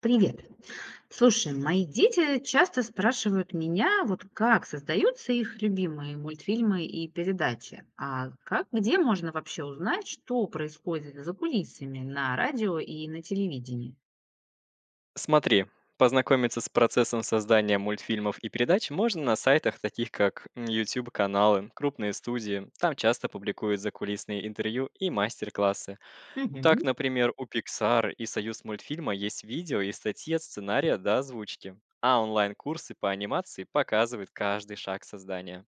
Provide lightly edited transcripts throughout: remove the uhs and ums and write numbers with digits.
Привет. Слушай, мои дети часто спрашивают меня, вот как создаются их любимые мультфильмы и передачи, а как, где можно вообще узнать, что происходит за кулисами на радио и на телевидении? Смотри, познакомиться с процессом создания мультфильмов и передач можно на сайтах таких как YouTube-каналы, крупные студии. Там часто публикуют закулисные интервью и мастер-классы. Так, Мгм. например, у Pixar и Союз мультфильма есть видео и статьи от сценария до озвучки. А онлайн-курсы по анимации показывают каждый шаг создания.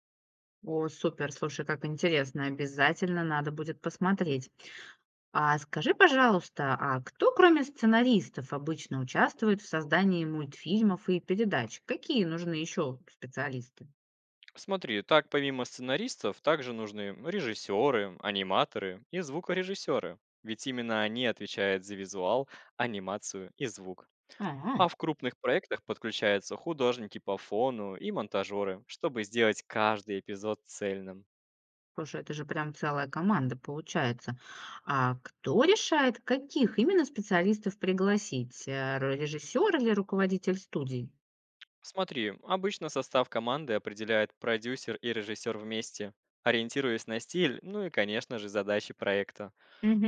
О, супер, слушай, как интересно, обязательно надо будет посмотреть. А скажи, пожалуйста, а кто, кроме сценаристов, обычно участвует в создании мультфильмов и передач? Какие нужны еще специалисты? Смотри, так помимо сценаристов также нужны режиссеры, аниматоры и звукорежиссеры. Ведь именно они отвечают за визуал, анимацию и звук. Ага. А в крупных проектах подключаются художники по фону и монтажеры, чтобы сделать каждый эпизод цельным. Слушай, это же прям целая команда получается. А кто решает, каких именно специалистов пригласить? Режиссер или руководитель студии? Смотри, обычно состав команды определяет продюсер и режиссер вместе, ориентируясь на стиль, ну и, конечно же, задачи проекта.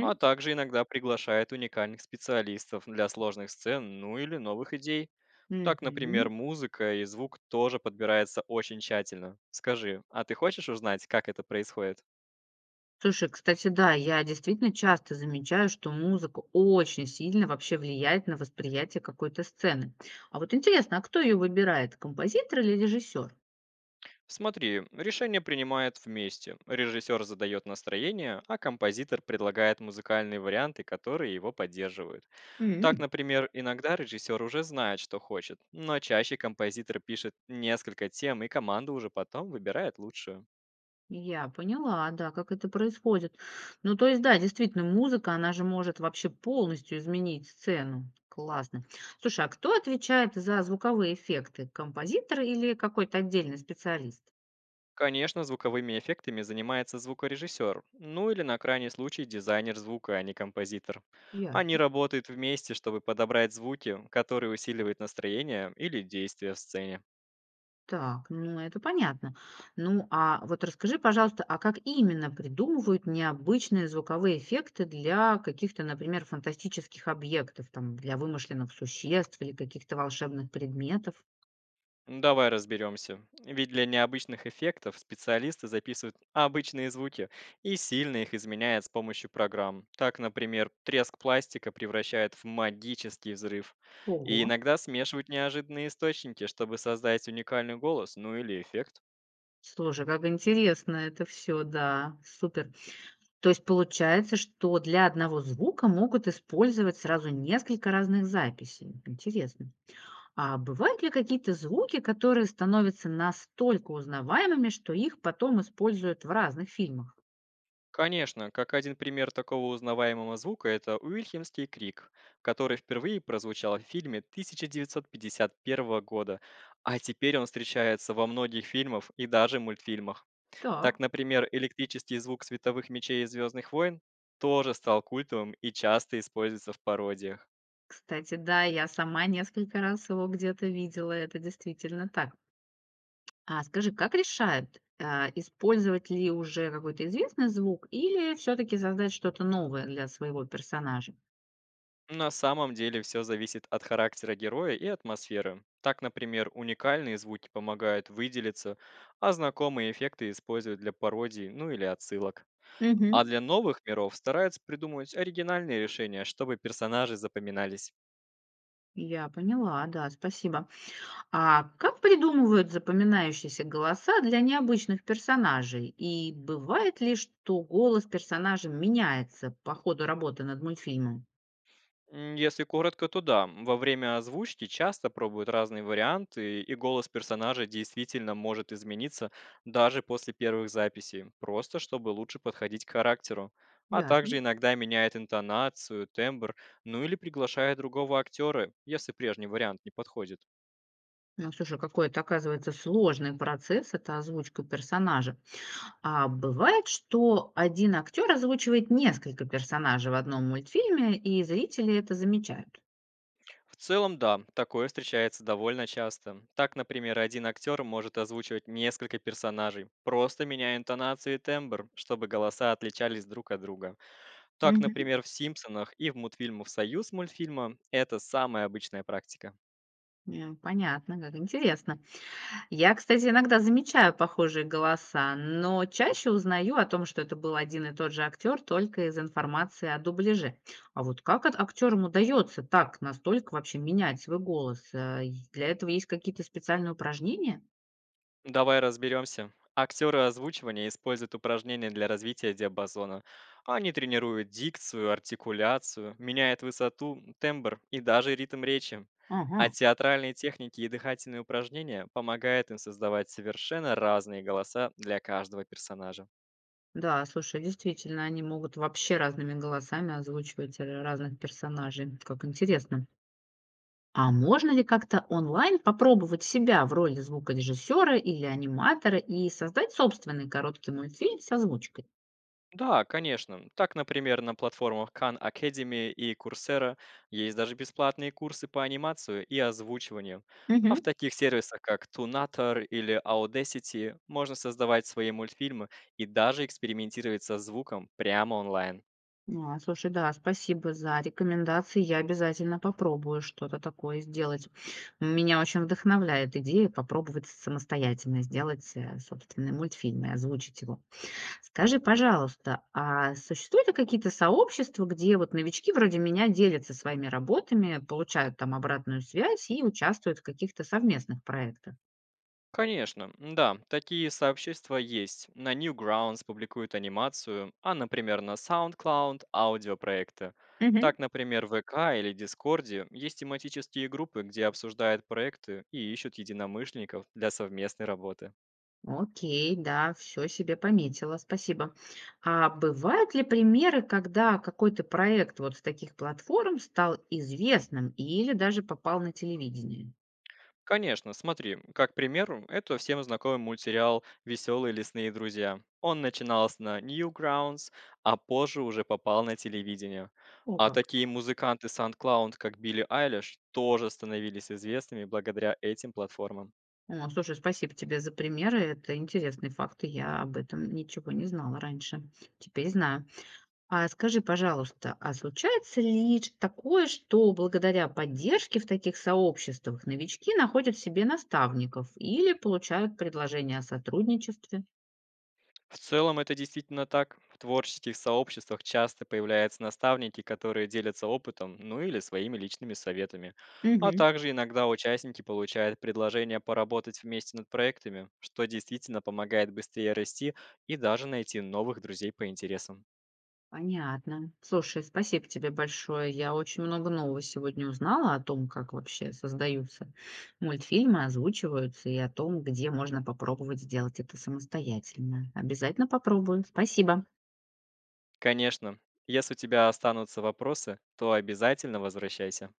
А также иногда приглашает уникальных специалистов для сложных сцен, ну или новых идей. Так, например, Мгм. музыка и звук тоже подбирается очень тщательно. Скажи, а ты хочешь узнать, как это происходит? Слушай, кстати, да, я действительно часто замечаю, что музыка очень сильно вообще влияет на восприятие какой-то сцены. А вот интересно, а кто ее выбирает, композитор или режиссер? Смотри, решение принимают вместе. Режиссер задает настроение, а композитор предлагает музыкальные варианты, которые его поддерживают. Так, например, иногда режиссер уже знает, что хочет, но чаще композитор пишет несколько тем, и команда уже потом выбирает лучшую. Я поняла, да, как это происходит. Ну, то есть, да, действительно, музыка, она же может вообще полностью изменить сцену. Классно. Слушай, а кто отвечает за звуковые эффекты? Композитор или какой-то отдельный специалист? Конечно, звуковыми эффектами занимается звукорежиссер, ну или на крайний случай дизайнер звука, а не композитор. Они Ясно. работают вместе, чтобы подобрать звуки, которые усиливают настроение или действие в сцене. Так, ну это понятно. Ну, а вот расскажи, пожалуйста, а как именно придумывают необычные звуковые эффекты для каких-то, например, фантастических объектов, там, для вымышленных существ или каких-то волшебных предметов? Ну, давай разберемся. Ведь для необычных эффектов специалисты записывают обычные звуки и сильно их изменяют с помощью программ. Так, например, треск пластика превращает в магический взрыв. И Ого. иногда смешивают неожиданные источники, чтобы создать уникальный голос, ну или эффект. Слушай, как интересно это все, да, супер. То есть получается, что для одного звука могут использовать сразу несколько разных записей. Интересно. А бывают ли какие-то звуки, которые становятся настолько узнаваемыми, что их потом используют в разных фильмах? Конечно, как один пример такого узнаваемого звука, это Уильхемский крик, который впервые прозвучал в фильме 1951 года, а теперь он встречается во многих фильмах и даже мультфильмах. Так, Так, например, электрический звук световых мечей из «Звездных войн» тоже стал культовым и часто используется в пародиях. кстати, да, я сама несколько раз его где-то видела, это действительно так. А скажи, как решают, использовать ли уже какой-то известный звук или все таки создать что-то новое для своего персонажа? На самом деле все зависит от характера героя и атмосферы. Так, например, уникальные звуки помогают выделиться, а знакомые эффекты используют для пародий, ну или отсылок. А Мгм. для новых миров стараются придумывать оригинальные решения, чтобы персонажи запоминались. Я поняла, да, спасибо. А как придумывают запоминающиеся голоса для необычных персонажей? И бывает ли, что голос персонажа меняется по ходу работы над мультфильмом? Если коротко, то да. Во время озвучки часто пробуют разные варианты, и голос персонажа действительно может измениться даже после первых записей, просто чтобы лучше подходить к характеру. А также Ясно. иногда меняет интонацию, тембр, ну или приглашает другого актера, если прежний вариант не подходит. Ну, слушай, какой это, оказывается, сложный процесс, это озвучка персонажа. А бывает, что один актер озвучивает несколько персонажей в одном мультфильме, и зрители это замечают. В целом, да, такое встречается довольно часто. Так, например, один актер может озвучивать несколько персонажей, просто меняя интонацию и тембр, чтобы голоса отличались друг от друга. Так, Мгм. например, в «Симпсонах» и в мультфильмах «Союз» мультфильма это самая обычная практика. Понятно, как интересно. Я, кстати, иногда замечаю похожие голоса, но чаще узнаю о том, что это был один и тот же актер, только из информации о дубляже. А вот как от актерам удается так настолько вообще менять свой голос? Для этого есть какие-то специальные упражнения? Давай разберемся. Актеры озвучивания используют упражнения для развития диапазона. Они тренируют дикцию, артикуляцию, меняют высоту, тембр и даже ритм речи. А Ага. театральные техники и дыхательные упражнения помогают им создавать совершенно разные голоса для каждого персонажа. Да, слушай, действительно, они могут вообще разными голосами озвучивать разных персонажей. Как интересно. А можно ли как-то онлайн попробовать себя в роли звукорежиссера или аниматора и создать собственный короткий мультфильм с озвучкой? Да, конечно. Так, например, на платформах Khan Academy и Coursera есть даже бесплатные курсы по анимации и озвучиванию. А в Мгм. таких сервисах, как Tunator или Audacity, можно создавать свои мультфильмы и даже экспериментировать со звуком прямо онлайн. А, слушай, да, спасибо за рекомендации. Я обязательно попробую что-то такое сделать. Меня очень вдохновляет идея попробовать самостоятельно сделать собственный мультфильм и озвучить его. Скажи, пожалуйста, а существуют ли какие-то сообщества, где вот новички вроде меня делятся своими работами, получают там обратную связь и участвуют в каких-то совместных проектах? Конечно, да, такие сообщества есть. На Newgrounds публикуют анимацию, а, например, на SoundCloud аудиопроекты. Мгм. Так, например, в ВК или Дискорде есть тематические группы, где обсуждают проекты и ищут единомышленников для совместной работы. Окей, да, все себе пометила, спасибо. А бывают ли примеры, когда какой-то проект вот с таких платформ стал известным или даже попал на телевидение? Конечно, смотри, как пример, это всем знакомый мультсериал «Веселые лесные друзья». Он начинался на Newgrounds, а позже уже попал на телевидение. О, А как. такие музыканты SoundCloud, как Билли Айлиш, тоже становились известными благодаря этим платформам. О, слушай, спасибо тебе за примеры, это интересные факты, я об этом ничего не знала раньше, теперь знаю. А скажи, пожалуйста, а случается ли такое, что благодаря поддержке в таких сообществах новички находят себе наставников или получают предложения о сотрудничестве? В целом это действительно так. В творческих сообществах часто появляются наставники, которые делятся опытом, ну или своими личными советами. А Мгм. также иногда участники получают предложение поработать вместе над проектами, что действительно помогает быстрее расти и даже найти новых друзей по интересам. Понятно. Слушай, спасибо тебе большое. Я очень много нового сегодня узнала о том, как вообще создаются мультфильмы, озвучиваются и о том, где можно попробовать сделать это самостоятельно. Обязательно попробую. Спасибо. Конечно, если у тебя останутся вопросы, то обязательно возвращайся.